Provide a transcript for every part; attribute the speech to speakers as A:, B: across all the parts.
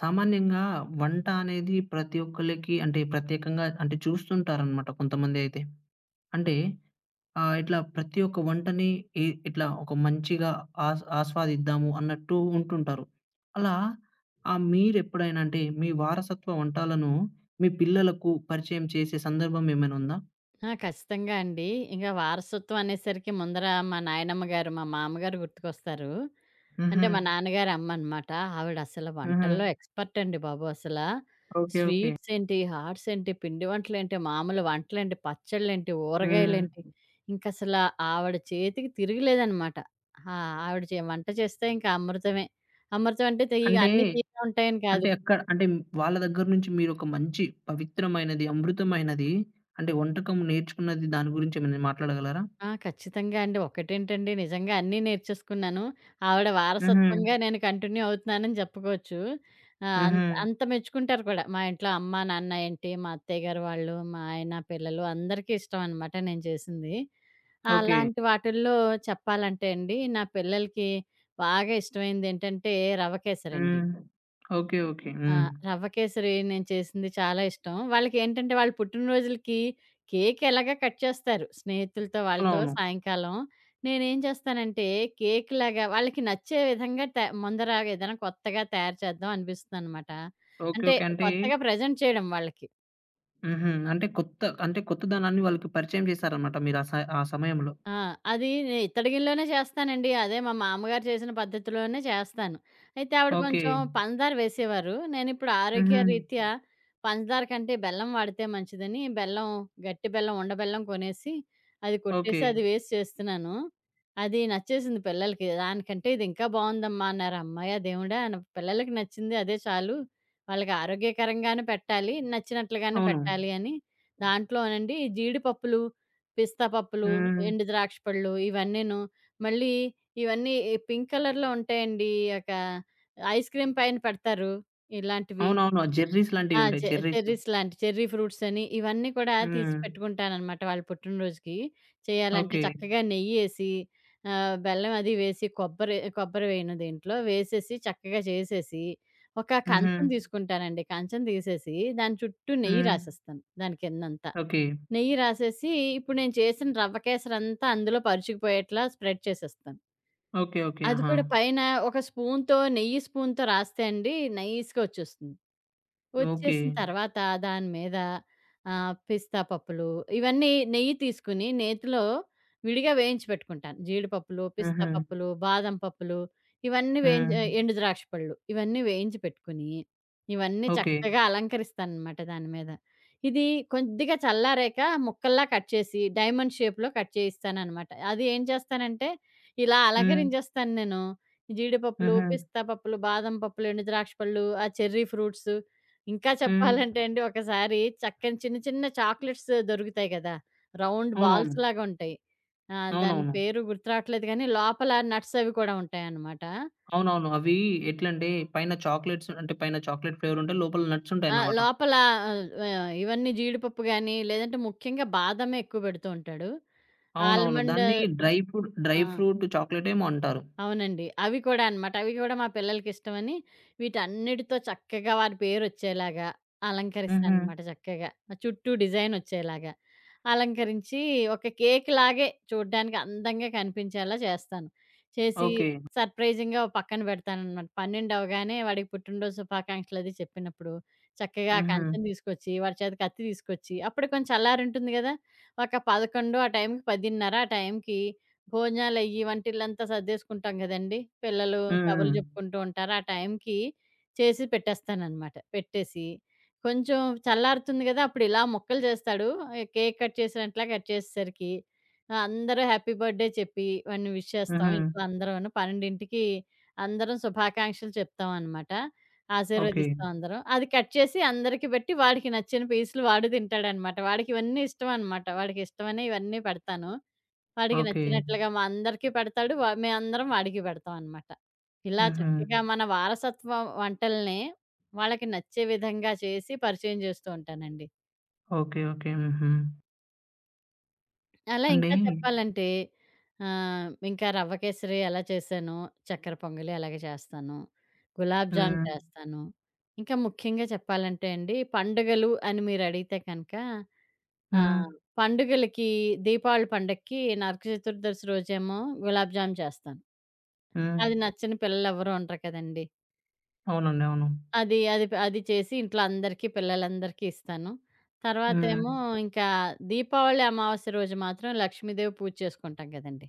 A: సామాన్యంగా వంట అనేది ప్రతి ఒక్కళ్ళకి అంటే ప్రత్యేకంగా అంటే చూస్తుంటారనమాట కొంతమందైతే. అంటే ఇట్లా ప్రతి ఒక్క వంటని ఇ ఇట్లా ఒక మంచిగా ఆస్వాదిద్దాము అన్నట్టు ఉంటుంటారు. అలా మీరెప్పుడైనా అంటే మీ వారసత్వ వంటలను మీ పిల్లలకు పరిచయం చేసే సందర్భం ఏమైనా ఉందా?
B: ఆ! ఖచ్చితంగా అండి. ఇంక వారసత్వం అనేసరికి ముందర మా నాయనమ్మ గారు, మా మామగారు గుర్తుకొస్తారు. అంటే
A: హుహు.
B: మా నాన్నగారి అమ్మనమాట. ఆవిడ అసలు
A: హుహు.
B: వంటల్లో ఎక్స్‌పర్ట్ అండి బాబు అసలా.
A: ఓకే. ఓకే.
B: స్వీట్స్ ఏంటి, హాట్స్ ఏంటి, పిండి వంటలేంటి, మామూలు వంటలేంటి, పచ్చళ్ళేంటి, ఊరగాయలేంటి,
A: హ్మ్.
B: ఇంకసలా ఆవిడ చేతికి తిరగలేదనమాట. ఆ! ఆవిడ వంట చేస్తే ఇంక అమృతమే. అమృతం అంటే తె ఇగ
A: అంటే
B: అన్నీ తీయగా ఉంటాయని కాదు.
A: అంటే అక్కడ అంటే వాళ్ళ దగ్గర నుంచి మీరొక మంచి పవిత్రమైనది, అమృతమైనది అంటే వంటకం నేర్చుకున్నది దాని గురించి ఏమైనా మాట్లాడగలరా?
B: ఆ! ఖచ్చితంగా అండి. ఒకటేంటండి నిజంగా అన్నీ నేర్చేసుకున్నాను. ఆవిడ
A: హుహు.
B: వారసత్వంగా నేను కంటిన్యూ అవుతున్నానని చెప్పుకోవచ్చు.
A: హుహు.
B: అంత అంత మెచ్చుకుంటారు కూడా. మా ఇంట్లో అమ్మ, నాన్న ఏంటి, మా అత్తయ్య గారు వాళ్ళు, మా ఆయన, పిల్లలు అందరికీ ఇష్టం అనమాట నేను చేసింది.
A: ఓకే.
B: అలాంటి వాటిల్లో చెప్పాలంటే అండి, నా పిల్లలకి బాగా ఇష్టమైందేంటంటే రవ కేసరండి.
A: హ్మ్. ఓకే. ఓకే.
B: ఆ!
A: హ్మ్.
B: రవ్వ కేసరి నేను చేసింది చాలా ఇష్టం. వాళ్ళకేంటంటే వాళ్ళ పుట్టినరోజులకి కేక్ ఎలాగా కట్ చేస్తారు. స్నేహితులతో వాళ్ళతో
A: అవునవును.
B: సాయంకాలం. నేనేం చేస్తానంటే కేక్‌లాగా వాళ్ళకి నచ్చే విధంగా ముందర ఏదైనా కొత్తగా తయారు చేద్దాం అనిపిస్తుందనమాట.
A: ఓకే.
B: అంటే
A: ఓకే. అంటే
B: కొత్తగా ప్రెజెంట్ చేయడం వాళ్ళకి.
A: హుహు. అంటే కొత్త అంటే కొత్తదనాన్ని వాళ్ళకి పరిచయం చేశారన్నమాట మీరు ఆ సమయంలో.
B: ఆ! అది ఇత్తడి గిన్నెలోనే చేస్తానండి. అదే మా మామ్మగారు చేసిన పద్ధతిలోనే చేస్తాను. అయితే ఆవిడ
A: ఓకే.
B: కొంచెం పంచదార వేసేవారు. నేనిప్పుడు
A: హుహు.
B: ఆరోగ్య రీత్యా పంచదార కంటే బెల్లం వాడితే మంచిదని బెల్లం, గట్టి బెల్లం, ఉండ బెల్లం కొనేసి అది కొట్టేసి
A: ఓకే.
B: అది వేసి చేస్తున్నాను. అది నచ్చేసింది పిల్లలకి. దానికంటే ఇది ఇంకా బావుందమ్మా అన్నారు. హమ్మయ్య దేవుడా! అని పిల్లలకి నచ్చింది అదే చాలు. వాళ్ళకి ఆరోగ్యకరంగానే పెట్టాలి, నచ్చినట్లుగానే
A: అవును.
B: పెట్టాలి అని దాంట్లోనండి ఈ జీడిపప్పులు, పిస్తా పప్పులు,
A: హ్మ్.
B: ఎండు ద్రాక్ష పళ్ళు ఇవన్నీను. మళ్ళీ ఇవన్నీ ఈ పింక్ కలర్‌లో ఉంటాయండి. ఒక ఐస్ క్రీమ్ పైన పెడతారు. ఇలాంటివి.
A: అవునవును. ఆ జెర్రీస్
B: ఆ!
A: లాంటివి ఉంటాయి.
B: చె
A: చెర్రీస్.
B: చెర్రీస్ లాంటి చెర్రీ ఫ్రూట్స్ అని ఇవన్నీ కూడా తీసి
A: హ్మ్.
B: పెట్టుకుంటాననమాట. వాళ్ళ పుట్టినరోజుకి చేయాలంటే
A: ఓకే.
B: చక్కగా నెయ్యేసి, బెల్లం అది వేసి కొబ్బరి కొబ్బరి వేయను దీంట్లో. వేసేసి చక్కగా చేసేసి ఒక
A: హుహు.
B: కంచం తీసుకుంటానండి. కంచం తీసేసి దాని చుట్టూ నెయ్యి
A: హ్మ్.
B: రాసేస్తాను. దాని కిందంతా.
A: ఓకే.
B: నెయ్యి రాసేసి, ఇప్పుడు నేను చేసిన రవ్వ కేసరంతా అందులో పరుచుకుపోయేట్లా స్ప్రెడ్ చేసేస్తాను.
A: ఓకే. ఓకే.
B: అది
A: ఆహా!
B: కూడా పైన ఒక స్పూన్‌తో నెయ్యి స్పూన్‌తో రాస్తే అండి నైస్‌గా వచ్చేస్తుంది.
A: ఓకే.
B: వచ్చేసిన తర్వాత దాని మీద పిస్తా పప్పులు ఇవన్నీ నెయ్యి తీసుకొని నేతిలో విడిగా వేయించి పెట్టుకుంటాను. జీడిపప్పులు, పిస్తా
A: హుహు.
B: పప్పులు, బాదం పప్పులు ఇవన్నీ వేయించి,
A: హ్మ్.
B: ఎండు ద్రాక్ష పళ్ళు ఇవన్నీ వేయించి పెట్టుకొని ఇవన్నీ
A: ఓకే.
B: చక్కగా అలంకరిస్తానన్నమాట దాని మీద. ఇది కొద్దిగా చల్లారాక ముక్కల్లా కట్ చేసి డైమండ్ షేప్‌లో కట్ చేయిస్తానన్నమాట. అది ఏం చేస్తానంటే ఇలా
A: హ్మ్.
B: అలంకరించేస్తాను నేను. జీడిపప్పులు,
A: హుహు.
B: పిస్తా పప్పులు, బాదం పప్పులు, ఎండు ద్రాక్ష పళ్ళు, ఆ చెర్రీ ఫ్రూట్స్. ఇంకా
A: హ్మ్.
B: చెప్పాలంటే అండి ఒకసారి చక్కని చిన్న చిన్న చాక్లెట్స్ దొరుకుతాయి కదా! రౌండ్
A: అవునవును.
B: బాల్స్ లాగా ఉంటాయి. ఆ! దాని
A: అవునవును.
B: పేరు గుర్తు రావట్లేదు కానీ లోపల నట్స్ అవి కూడా ఉంటాయన్నమాట.
A: అవునవును. అవి ఎట్లంటే పైన చాక్లేట్స్ అంటే పైన చాక్లేట్ ఫ్లేవర్ ఉంటాయి. లోపల నట్స్
B: ఆ!
A: ఉంటాయన్నమాట.
B: లోపల ఆహ్, ఆహ్, ఇవన్నీ జీడిపప్పు గాని లేదంటే ముఖ్యంగా బాదమే ఎక్కువ పెడుతూ ఉంటాడు.
A: అవునవును.
B: ఆల్మండ్.
A: దాన్ని డ్రై
B: ఆ!
A: ఫ్రూట్ చాక్లేట్ ఏమో అంటారు.
B: అవునండి. అవి కూడా అనమాట. అవి కూడా మా పిల్లలకిష్టమని వీటన్నిటితో చక్కగా వారి పేరొచ్చేలాగా
A: హుహు.
B: అలంకరిస్తాననమాట చక్కగా. ఆ చుట్టూ డిజైనొచ్చేలాగా అలంకరించి ఒక కేక్‌లాగే చూడ్డానికి అందంగా కనిపించేలా చేస్తాను. చేసి
A: ఓకే.
B: సర్ప్రైజింగ్‌గా ఓ పక్కన పెడతాననమాట. 12 అవ్వగానే వాడికి పుట్టినరోజు శుభాకాంక్షలది చెప్పినప్పుడు చక్కగా ఆ
A: హుహు.
B: కంచెను తీసుకొచ్చి, వాడి చేత కత్తి తీసుకొచ్చి అప్పుడు కొంచెం చల్లారుంటుంది గదా! ఒక 11 ఆ టైంకి, 10:30 ఆ టైంకి భోజనాలయ్యి వంటిల్లంతా సర్దేసుకుంటాం గదండీ! పిల్లలు
A: హ్మ్.
B: కబుర్లు జెప్పుకుంటూ ఉంటారు. ఆ టైంకి చేసి పెట్టేస్తాననమాట. పెట్టేసి కొంచెం చల్లారుతుంది గదా! అప్పుడు ఇలా ముక్కలు జేస్తాడు. కేక్ కట్ చేసినట్లా కట్ చేసేసరికి, అందరూ హ్యాపీ బర్త్‌డే చెప్పి వాడిని విష్ చేస్తాం
A: హుహు.
B: ఇంట్లో అందరూను. 12కి అందరం శుభాకాంక్షలు చెప్తాం అనమాట.
A: ఓకే.
B: ఆశీర్వదిస్తాం అందరం. అది కట్ చేసి అందరికి బెట్టి వాడికి నచ్చిన పీసులు వాడు తింటాడనమాట. వాడికి ఇవన్నీ ఇష్టం అనమాట. వాడికిష్టమనే ఇవన్నీ పెడతాను. వాడికి
A: ఓకే.
B: నచ్చినట్లుగా మా అందరికీ పెడతాడు. మేమందరం వాడికి పెడతామనమాట. ఇలా
A: హుహు.
B: చక్కగా మన వారసత్వ వంటల్ని వాళ్ళకి నచ్చే విధంగా చేసి పరిచయం చేస్తూ ఉంటానండి.
A: ఓకే. ఓకే. హుహు.
B: అలా ఇంకా
A: అండి
B: చెప్పాలంటే ఇంకా రవ్వ కేసరి ఎలా చేశానో, చక్కెర పొంగలి అలాగే చేస్తాను. గులాబ్ జామ్
A: హ్మ్.
B: చేస్తాను. ఇంకా ముఖ్యంగా చెప్పాలంటే అండి పండుగలు అని మీరడిగితే కనుక
A: హ్మ్.
B: ఆహ్, పండుగలకి దీపావళి పండక్కి నరక చతుర్దశి రోజేమో గులాబ్ జామ్ చేస్తాను.
A: హ్మ్.
B: అది నచ్చని పిల్లలెవరూ ఉండరు కదండీ!
A: అవునండి. అవును.
B: అది అది ప అది చేసి ఇంట్లో అందరికీ పిల్లలందరికీ ఇస్తాను.
A: హ్మ్.
B: తర్వాతేమో ఇంకా దీపావళి అమావాస్య రోజు మాత్రం లక్ష్మీదేవి పూజ చేసుకుంటాం కదండీ!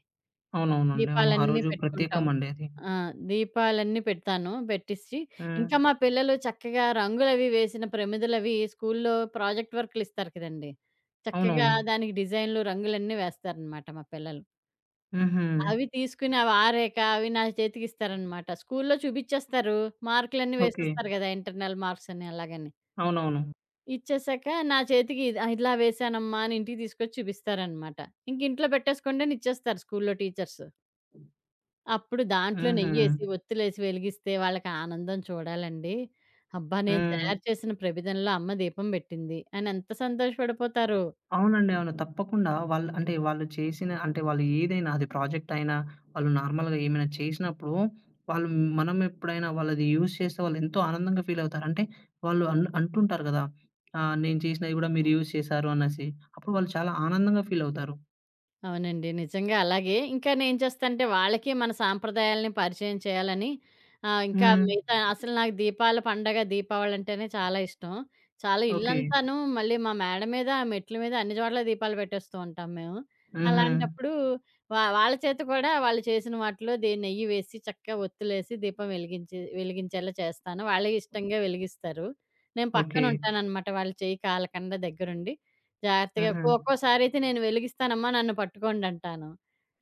A: అవునవునండి. అవును. ఆ
B: దీపాలన్నీ
A: రోజు
B: పెట్టుకుంటాం.
A: ప్రత్యేకమండి అది.
B: ఆ! దీపాలన్నీ పెడతాను. పెట్టిచ్చి
A: హ్మ్.
B: ఇంకా మా పిల్లలు చక్కగా రంగులవి వేసిన ప్రమిదలవి స్కూల్లో ప్రాజెక్ట్ వర్కులిస్తారు కదండీ! చక్కగా
A: అవునవును.
B: దానికి డిజైన్‌లు రంగులన్నీ వేస్తారనమాట మా పిల్లలు.
A: హుహు.
B: అవి తీసుకుని అవి ఆరాక అవి నా చేతికిస్తారనమాట. స్కూల్లో చూపిచ్చేస్తారు. మార్కులన్నీ
A: ఓకే.
B: వేసేస్తారు గదా! ఇంటర్నల్ మార్క్స్ అని అలాగని.
A: అవునవును.
B: ఇచ్చేసాక నా చేతికి ఇది ఇలా వేశానమ్మా అని ఇంటికి తీసుకొచ్చి చూపిస్తారనమాట. ఇంక ఇంట్లో పెట్టేసుకోండి అని ఇచ్చేస్తారు స్కూల్లో టీచర్స్. అప్పుడు దాంట్లో
A: హుహు.
B: నెయ్యేసి, ఒత్తులేసి వెలిగిస్తే వాళ్ళకి ఆనందం చూడాలండి. అబ్బా! నేను
A: హ్మ్.
B: తయారు చేసిన ప్రమిదలో అమ్మ దీపం బెట్టింది అని ఎంత సంతోషపడిపోతారో.
A: అవునండి. అవును. తప్పకుండా వాళ్ళు అంటే వాళ్ళు చేసిన అంటే వాళ్ళు ఏదైనా అది ప్రాజెక్ట్ అయినా, వాళ్ళు నార్మల్‌గా ఏమైనా చేసినప్పుడు, వాళ్ళు మనం ఎప్పుడైనా వాళ్ళది యూజ్ చేస్తే వాళ్ళు ఎంతో ఆనందంగా ఫీలవుతారు. అంటే వాళ్ళు అంటుంటారు కదా! నేను చేసినవి కూడా మీరు యూజ్ చేశారు అనేసి. అప్పుడు వాళ్ళు చాలా ఆనందంగా ఫీలవుతారు.
B: అవునండి. నిజంగా అలాగే. ఇంకా నేను చేస్తానంటే వాళ్ళకి మన సాంప్రదాయాల్ని పరిచయం చేయాలని ఇంకా
A: హ్మ్.
B: మిగతా అసలు నాకు దీపాల పండగ, దీపావళంటేనే చాలా ఇష్టం. చాలా
A: ఓకే.
B: ఇల్లంతాను మళ్ళీ మా మేడ మీద, ఆ మెట్ల మీద అన్ని చోట్ల దీపాలు పెట్టేస్తూ ఉంటాం మేము.
A: హుహు.
B: అలాంటప్పుడు వాళ్ళ చేత కూడా వాళ్ళు చేసిన వాటిలో నెయ్యి వేసి చక్కగా ఒత్తులేసి దీపం వెలిగించేలా చేస్తాను. వాళ్ళే ఇష్టంగా వెలిగిస్తారు. నేను
A: ఓకే.
B: పక్కనుంటాననమాట. వాళ్ళు చెయ్యి కాలకుండా దగ్గరుండి జాగ్రత్తగా.
A: హుహు.
B: ఒక్కోసారయితే నేను వెలిగిస్తానమ్మా నన్ను పట్టుకోండంటాను.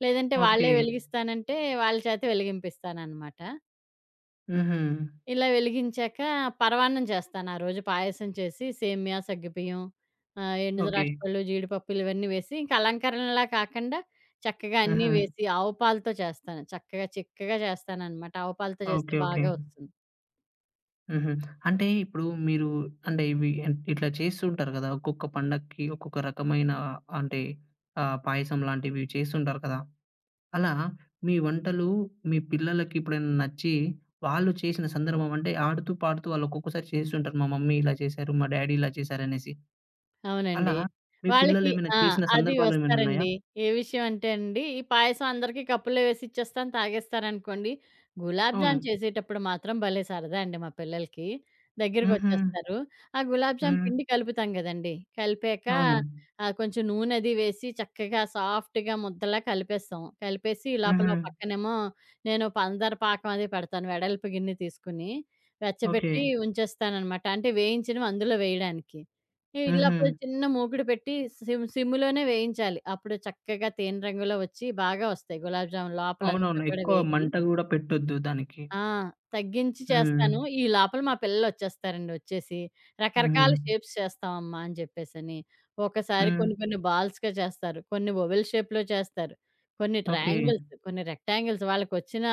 B: లేదంటే
A: ఓకే.
B: వాళ్ళే వెలిగిస్తానంటే వాళ్ళ చేత వెలిగింపిస్తాననమాట.
A: హుహు.
B: ఇలా వెలిగించాక పరవాన్నం చేస్తాను. ఆ రోజు పాయసం చేసి సేమ్యా, సగ్గుబియ్యం, ఎండు
A: ఓకే.
B: ద్రాక్ష పళ్ళు, జీడిపప్పులు ఇవన్నీ వేసి ఇంకా అలంకరణలా కాకుండా చక్కగా అన్నీ
A: ఆహా!
B: వేసి ఆవు పాలతో చేస్తాను. చక్కగా చిక్కగా చేస్తాననమాట. ఆవు పాలతో చేస్తే
A: ఓకే. ఓకే.
B: బాగా వస్తుంది.
A: హుహు. అంటే ఇప్పుడు మీరు అంటే ఇవి ఇట్లా చేస్తూ ఉంటారు కదా! ఒక్కొక్క పండక్కి ఒక్కొక్క రకమైన అంటే పాయసం లాంటివి చేస్తుంటారు కదా! అలా మీ వంటలు మీ పిల్లలకి ఎప్పుడైనా నచ్చి వాళ్ళు చేసిన సందర్భం అంటే ఆడుతూ పాడుతూ వాళ్ళు ఒక్కొక్కసారి చేస్తుంటారు. మా మమ్మీ ఇలా చేశారు, మా డ్యాడీ ఇలా చేశారనేసి. అలా
B: అవునండి.
A: మీ
B: వాళ్ళకి
A: పిల్లలేమైనా
B: ఆ!
A: చేసిన
B: అది
A: సందర్భాలు ఏమైనా ఉన్నాయా?
B: వస్తారండి. ఏ విషయం అంటే అండి, ఈ పాయసం అందరికీ కప్పుల్లో వేసి ఇచ్చేస్తాను తాగేస్తారనుకోండి. గులాబ్
A: అవును.
B: జామ్ చేసేటప్పుడు మాత్రం భలే సరదా అండి మా పిల్లలకి.
A: హుహు.
B: దగ్గరికొచ్చేస్తారు. ఆ గులాబ్ జామ్
A: హ్మ్.
B: పిండి కలుపుతాం గదండీ! కలిపాక
A: అవును.
B: కొంచెం నూనె అది వేసి చక్కగా సాఫ్ట్‌గా ముద్దలా కలిపేస్తాం. కలిపేసి లోపల
A: హుహు.
B: ఓ పక్కనేమో నేను పంచదార పాకం అది పెడతాను. వెడల్పు గిన్నె తీసుకుని,
A: ఓకే.
B: వెచ్చబెట్టి ఉంచేస్తాననమాట. అంటే వేయించినవి అందులో వేయడానికి. ఇలా
A: హుహు.
B: పోయి చిన్న మూకుడు పెట్టి సిమ్‌లోనే వేయించాలి. అప్పుడు చక్కగా తేనె రంగులో వచ్చి బాగా వస్తాయి గులాబ్ జామున్ లోపలంతా
A: అవునవును.
B: కూడా
A: ఎక్కువ
B: వేగి.
A: మంట గూడా పెట్టొద్దు దానికి.
B: ఆ! తగ్గించి
A: హ్మ్.
B: చేస్తాను. ఈ లోపల మా పిల్లలొచ్చేస్తారండి వచ్చేసి.
A: హుహు.
B: రకరకాల షేప్స్ చేస్తామమ్మా అని చెప్పేసని. ఒకసారి
A: హ్మ్.
B: కొన్ని కొన్ని బాల్స్‌గా చేస్తారు. కొన్ని ఓవెల్ షేప్‌లో చేస్తారు. కొన్ని
A: ఓకే.
B: ట్రయాంగిల్స్, కొన్ని రెక్టాంగిల్స్ వాళ్ళకొచ్చిన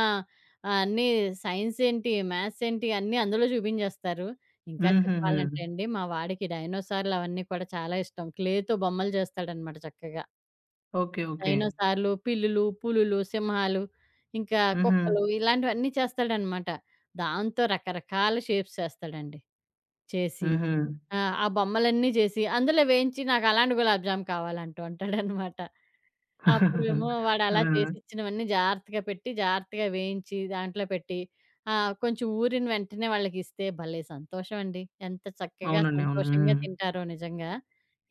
B: అన్నీ సైన్స్ ఏంటి, మ్యాథ్స్ ఏంటి అన్నీ అందులో చూపించేస్తారు. ఇంకా
A: హుహుహు.
B: చెప్పాలంటే అండి మా వాడికి డైనోసార్‌లు అవన్నీ కూడా చాలా ఇష్టం. క్లేతో బొమ్మలు చేస్తాడనమాట చక్కగా.
A: ఓకే. ఓకే.
B: డైనోసార్లు, పిల్లులు, పులులు, సింహాలు, ఇంకా
A: హుహు.
B: కుక్కలు ఇలాంటివన్నీ చేస్తాడనమాట. దాంతో రకరకాల షేప్స్ చేస్తాడండి. చేసి
A: హుహు.
B: ఆ! ఆ బొమ్మలన్నీ చేసి అందులో వేయించి నాకు అలాంటి గులాబ్ జామ్ కావాలంటూ ఉంటాడనమాట. అప్పుడేమో వాడలా
A: ఆ!
B: చేసిచ్చినవన్నీ జాగ్రత్తగా పెట్టి, జాగ్రత్తగా వేయించి దాంట్లో పెట్టి, కొంచెం ఊరిన వెంటనే వాళ్ళకిస్తే భలే సంతోషం అండి. ఎంత చక్కగా
A: అవునండి. అవును.
B: సంతోషంగా
A: హ్మ్.
B: తింటారో నిజంగా.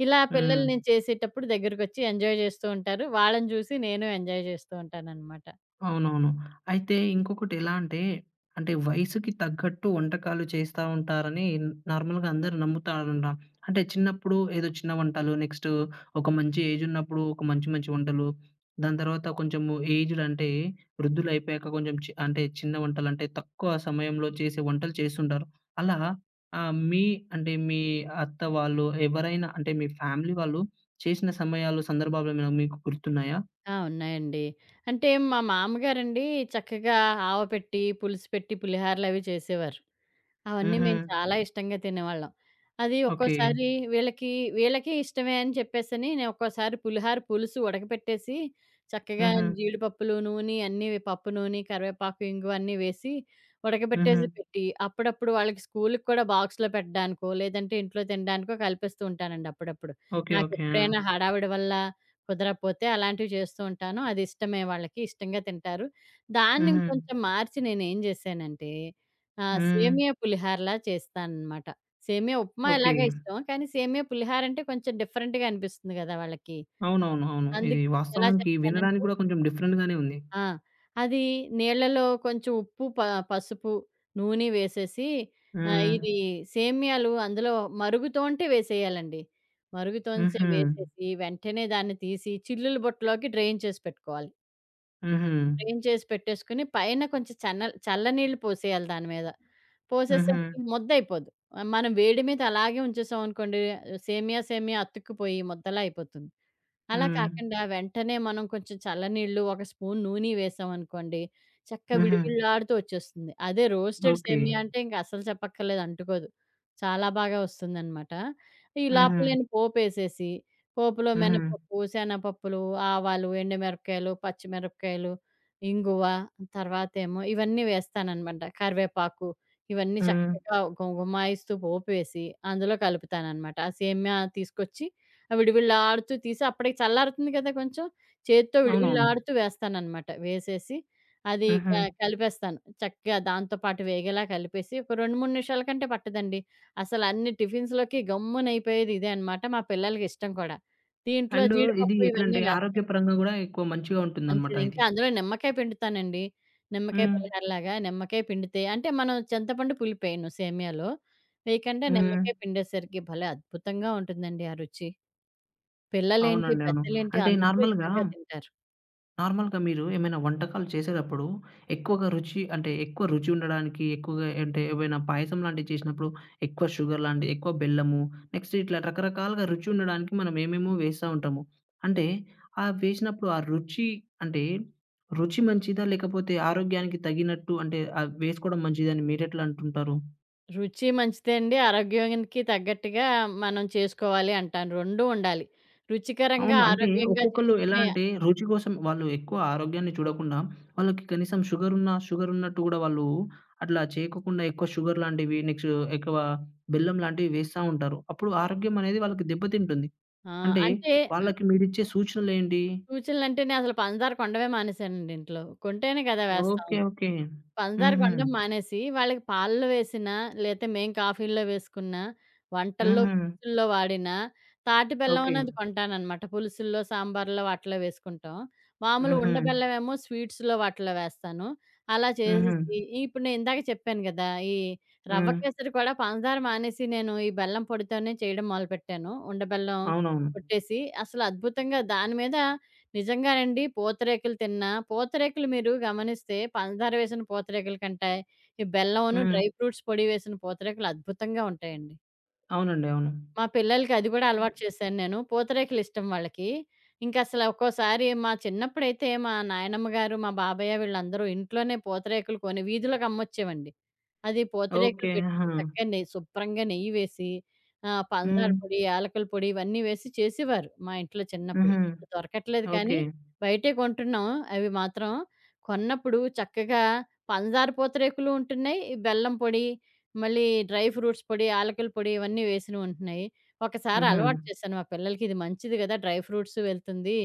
B: ఇలా
A: హ్మ్.
B: పిల్లలు నేను చేసేటప్పుడు దగ్గరకొచ్చి ఎంజాయ్ జేస్తూ ఉంటారు. వాళ్ళని జూసి నేను ఎంజాయ్ జేస్తూ ఉంటాననమాట.
A: అవునవును. అయితే ఇంకొకటి ఎలా అంటే, అంటే వయసుకి తగ్గట్టు వంటకాలు చేస్తా ఉంటారని నార్మల్‌గా అందరూ నమ్ముతారుంటాం. అంటే చిన్నప్పుడు ఏదో చిన్న వంటలు, నెక్స్ట్ ఒక మంచి ఏజ్ ఉన్నప్పుడు ఒక మంచి మంచి వంటలు, దాని తర్వాత కొంచెము ఏజ్డ్ అంటే వృద్ధులైపోయాక కొంచెం అంటే చిన్న వంటలంటే తక్కువ సమయంలో చేసే వంటలు చేస్తుంటారు. అలా మీ అంటే మీ అత్త వాళ్ళు ఎవరైనా అంటే మీ ఫ్యామిలీ వాళ్ళు చేసిన సమయాలు, సందర్భాలు ఏమైనా మీకు గుర్తున్నాయా?
B: ఆ! ఉన్నాయండి. అంటే మా మామగారండి చక్కగా ఆవ పెట్టి, పులుసు పెట్టి, పులిహారలవి చేసేవారు. అవన్నీ
A: హుహు.
B: మేము చాలా ఇష్టంగా తినేవాళ్ళం. అది
A: ఓకే.
B: ఒక్కోసారి వీళ్ళకి వీళ్ళకి ఇష్టమే అని చెప్పేసని నేను ఒక్కోసారి పులిహార పులుసు ఉడకపెట్టేసి చక్కగా
A: హుహు.
B: జీడిపప్పులు, నూనె అన్నీ పప్పు నూనె, కరివేపాకు, ఇంగువ అన్నీ వేసి
A: హుహు.
B: ఉడకబెట్టేసి పెట్టి అప్పుడప్పుడు వాళ్ళకి స్కూలుకి కూడా బాక్స్‌లో పెట్టడానికో, లేదంటే ఇంట్లో తినడానికో కల్పిస్తూ ఉంటానండి అప్పుడప్పుడు.
A: ఓకే. ఓకే. ఆ!
B: నాకెప్పుడైనా హడావిడి వల్ల కుదరకపోతే అలాంటివి చేస్తూ ఉంటాను. అది ఇష్టమే వాళ్ళకి. ఇష్టంగా తింటారు. దాన్ని
A: హుహు.
B: ఇంకొంచెం మార్చి నేనేం చేశానంటే ఆ!
A: హ్మ్.
B: సేమియా పులిహోరలా చేస్తాననమాట. సేమియా ఉప్మా
A: ఓకే.
B: ఎలాగో ఇష్టం. కానీ సేమియా పులిహోర అంటే కొంచెం డిఫరెంట్‌గా అనిపిస్తుంది గదా! వాళ్ళకి.
A: అవునవును. అవును. ఇది
B: అందుకే ఎలా
A: వాస్తవానికి
B: చేస్తానంటే
A: వినడానికి కూడా కొంచెం డిఫరెంట్ గానే ఉంది.
B: ఆ! అది నీళ్ళలో కొంచెం ఉప్పు, పసుపు, నూనె వేసేసి
A: హ్మ్.
B: ఇది సేమియాలు అందులో మరుగుతోంటే వేసేయాలండి. మరుగుతోంచే
A: హుహు.
B: వేసేసి వెంటనే దాన్ని తీసి చిల్లుల బుట్టలోకి డ్రైన్ చేసి పెట్టుకోవాలి.
A: హుహు.
B: స్ట్రెయిన్ చేసి పెట్టేసుకొని, పైన కొంచెం చల్లనీళ్ళు పోసేయాలి దాని మీద.
A: హుహు.
B: పోసేసరికి ముద్దయిపోదు. మనం వేడి మీద అలాగే ఉంచేసామనుకోండి సేమియా సేమియా అతుక్కుపోయి ముద్దలా అయిపోతుంది. అలా
A: హ్మ్.
B: కాకుండా వెంటనే మనం కొంచెం చల్లనీళ్ళు, ఒక స్పూన్ నూనె వేసామనుకోండి, చక్కగా
A: హుహు.
B: విడివిడలాడుతూ వచ్చేస్తుంది. అదే రోస్టెడ్
A: ఓకే.
B: సేమియా అంటే ఇంక అస్సలు చెప్పక్కర్లేదు అంటుకోదు. చాలా బాగా వస్తుందనమాట. ఈ
A: హుహు.
B: లోపల నేను పోపేసేసి, పోపులో
A: హుహు.
B: మినపప్పు, శనగపప్పులు, ఆవాలు, ఎండుమిరపకాయలు, పచ్చిమిరపకాయలు, ఇంగువ, తర్వాతేమో ఇవన్నీ వేస్తాననమాట. కరివేపాకు ఇవన్నీ
A: హ్మ్.
B: చక్కగా గుమగుమాయిస్తూ పోపేసి, అందులో కలుపుతాననమాట. ఆ సేమ్యా తీసుకొచ్చి విడివిళ్ళాడుతూ తీసి అప్పటికి చల్లారుతుంది కదా కొంచెం. చేత్తో
A: అవునవును.
B: విడివిళ్ళాడుతూ వేస్తాననమాట. వేసేసి అది క
A: హుహు.
B: కలిపేస్తాను. చక్కగా దాంతో పాటు వేగేలా కలిపేసి ఒక 2, 3 నిమిషాల కంటే పట్టదండి. అసలు అన్ని టిఫిన్స్‌లోకి గమ్మునయిపోయేది ఇదే అనమాట. మా పిల్లలకి ఇష్టం కూడా. దీంట్లో
A: అండ్ ఇది
B: జీడిపప్పు ఇవన్నీ
A: ఎట్లంటే
B: వేస్తాను.
A: ఆరోగ్యపరంగా గూడా ఎక్కువ మంచిగా ఉంటుందన్నమాట
B: మంచిది. ఇంకా
A: ఇది.
B: అందులో నిమ్మకాయ పిండుతానండి. నిమ్మకాయ
A: హ్మ్.
B: పులిహోరలాగా నిమ్మకాయ పిండితే అంటే మనం చింతపండు పులిపేయను సేమియాలో. వేయకండా
A: హ్మ్.
B: నిమ్మకాయ పిండేసరికి భలే అద్భుతంగా ఉంటుందండి ఆ రుచి. పిల్లలేంటి,
A: అవునండి. అవును.
B: పెద్దలేంటి
A: అంటే
B: అందరూ
A: నార్మల్‌గా
B: ఇష్టంగా తింటారు.
A: నార్మల్‌గా మీరు ఏమైనా వంటకాలు చేసేటప్పుడు ఎక్కువగా రుచి అంటే ఎక్కువ రుచి ఉండడానికి ఎక్కువగా అంటే ఏవైనా పాయసం లాంటివి చేసినప్పుడు ఎక్కువ షుగర్ లాంటివి, ఎక్కువ బెల్లము, నెక్స్ట్ ఇట్లా రకరకాలుగా రుచి ఉండడానికి మనం ఏమేమో వేస్తా ఉంటాము. అంటే ఆ వేసినప్పుడు ఆ రుచి అంటే రుచి మంచిదా? లేకపోతే ఆరోగ్యానికి తగినట్టు అంటే వేసుకోవడం మంచిదని మీరెట్లా అంటుంటారు?
B: రుచి మంచిదే అండి. ఆరోగ్యానికి తగ్గట్టుగా మనం చేసుకోవాలి అంటాను. 2 ఉండాలి. రుచికరంగా,
A: అవును. అంటే
B: ఆరోగ్యంగా
A: ఒక్కొక్కళ్ళు ఎలా
B: చేసుకునే.
A: అంటే రుచి కోసం వాళ్ళు ఎక్కువ ఆరోగ్యాన్ని చూడకుండా వాళ్ళకి కనీసం షుగరున్నట్టు గూడా వాళ్ళు అట్లా చేయకోకుండా ఎక్కువ షుగర్ లాంటివి నెక్స్ట్ ఎక్కువ బెల్లం లాంటివి వేస్తా ఉంటారు. అప్పుడు ఆరోగ్యం అనేది వాళ్ళకి దెబ్బతింటుంది.
B: ఆ!
A: అంటే
B: అంటే ఆహ్,
A: వాళ్ళకి మీరిచ్చే సూచనలేంటి?
B: సూచనలంటే నేనసలు పంచదార కొండమే మానేశానండి ఇంట్లో. కొంటేనే కదా! వేస్తాం.
A: ఓకే. ఓకే.
B: పంచదార
A: హుహు.
B: కొనడం మానేసి, వాళ్ళకి పాలలో వేసినా, లేతే మేము కాఫీల్లో వేసుకున్నా, వంటల్లో,
A: హుహు.
B: పులుసుల్లో వాడిన తాటి బెల్లం
A: ఓకే.
B: అనేది కొంటాననమాట. పులుసుల్లో, సాంబార్‌లో వాటిలో వేసుకుంటాం. మామూలు
A: హుహు.
B: ఉండ బెల్లమేమో స్వీట్స్‌లో వాటిలో వేస్తాను. అలా
A: హుహు.
B: చేసేసి ఇప్పుడు నేను ఇందాక చెప్పాను గదా! ఈ రవ్వ
A: హ్మ్.
B: కేసరి కూడా పంచదార మానేసి నేను ఈ బెల్లం పొడితోనే చేయడం మొదలుపెట్టాను. ఉండ బెల్లం
A: అవునవును.
B: కొట్టేసి అసలు అద్భుతంగా దాని మీద. నిజంగానండి. పూతరేకులు తిన్నా పూతరేకులు మీరు గమనిస్తే పంచదార వేసిన పూతరేకుల కంటే, ఈ బెల్లమును,
A: హ్మ్.
B: డ్రై ఫ్రూట్స్ పొడి వేసిన పూతరేకులు అద్భుతంగా ఉంటాయండి.
A: అవునండి. అవును.
B: మా పిల్లలకి అది గూడా అలవాటు చేశాను నేను. పూతరేకులు ఇష్టం వాళ్ళకి. ఇంకసల ఒక్కోసారి మా చిన్నప్పుడైతే మా నాయనమ్మ గారు, మా బాబయ్య వీళ్ళందరూ ఇంట్లోనే పూతరేకులు కొని వీధిలోకి అమ్మొచ్చేవండి. అది పూతరేకులు
A: ఓకే.
B: పెట్టి
A: ఆహా!
B: చక్కగా శుభ్రంగా నెయ్యి వేసి పంచదార
A: హ్మ్.
B: పొడి, యాలకుల పొడి ఇవన్నీ వేసి చేసేవారు మా ఇంట్లో చిన్నప్పుడు.
A: హుహు.
B: ఇప్పుడు దొరకట్లేదు కానీ
A: ఓకే.
B: బయటే కొంటున్నాం అవి మాత్రం. కొన్నప్పుడు చక్కగా పంచదార పూతరేకులు ఉంటున్నాయి, ఈ బెల్లం పొడి మళ్ళీ డ్రై ఫ్రూట్స్ పొడి, యాలకుల పొడి ఇవన్నీ వేసినవి ఉంటున్నాయి. ఒకసారి
A: హుహు.
B: అలవాటు చేశాను మా పిల్లలకి ఇది మంచిది గదా! డ్రై ఫ్రూట్స్ వెళ్తుంది.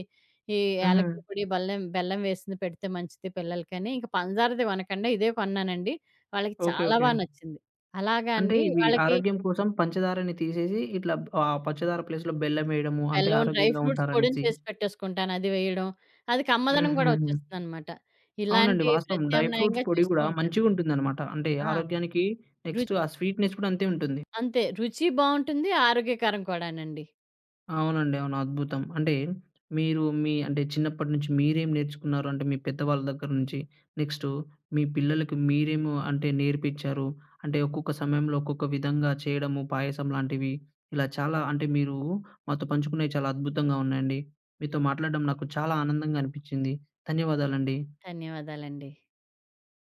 B: ఈ
A: హుహు.
B: యాలకుల పొడి, బెల్లం బెల్లం వేసింది పెడితే మంచిది పిల్లలకని. ఇంక పంచదారది కొనకండా ఇదే కొన్నానండి. వాళ్ళకి
A: ఓకే.
B: చాలా
A: ఓకే.
B: నచ్చింది. అలాగా
A: అంటే
B: అండి
A: ఇవి
B: వాళ్ళకి
A: ఆరోగ్యం కోసం పంచదారని తీసేసి ఇట్లా ఆ పంచదార ప్లేస్‌లో బెల్లం వేయడము అంటే
B: బెల్లం, డ్రై
A: ఆరోగ్యంగా
B: ఫ్రూట్స్ పొడిని
A: ఉంటారనేసి.
B: చేసి పెట్టేసుకుంటాను. అది వేయడం. అది కమ్మదనం గూడా
A: హుహుహు.
B: వచ్చేస్తుందనమాట.
A: అవునండి.
B: ఇలాంటి
A: వాస్తవం. డ్రై ఫ్రూట్స్
B: ప్రత్యామ్నాయంగా
A: పొడి
B: చేస్తూ
A: గూడా
B: ఉంటాను.
A: మంచిగుంటుందనమాట. అంటే
B: ఆ!
A: ఆరోగ్యానికి
B: రు
A: నెక్స్ట్ ఆ స్వీట్‌నెస్ కూడా అంతే ఉంటుంది.
B: అంతే రుచి బావుంటుంది. ఆరోగ్యకరం కూడానండి.
A: అవునండి. అవును. అద్భుతం. అంటే మీరు మీ అంటే చిన్నప్పటి నుంచి మీరేం నేర్చుకున్నారు? అంటే మీ పెద్దవాళ్ళ దగ్గర నుంచి, నెక్స్టు మీ పిల్లలకి మీరేమో అంటే నేర్పిచ్చారు? అంటే ఒక్కొక్క సమయంలో ఒక్కొక్క విధంగా చేయడము పాయసం లాంటివి. ఇలా చాలా అంటే మీరు మాతో పంచుకునేవి చాలా అద్భుతంగా ఉన్నాయండి. మీతో మాట్లాడడం నాకు చాలా ఆనందంగా అనిపిచ్చింది. ధన్యవాదాలండి.
B: ధన్యవాదాలండి.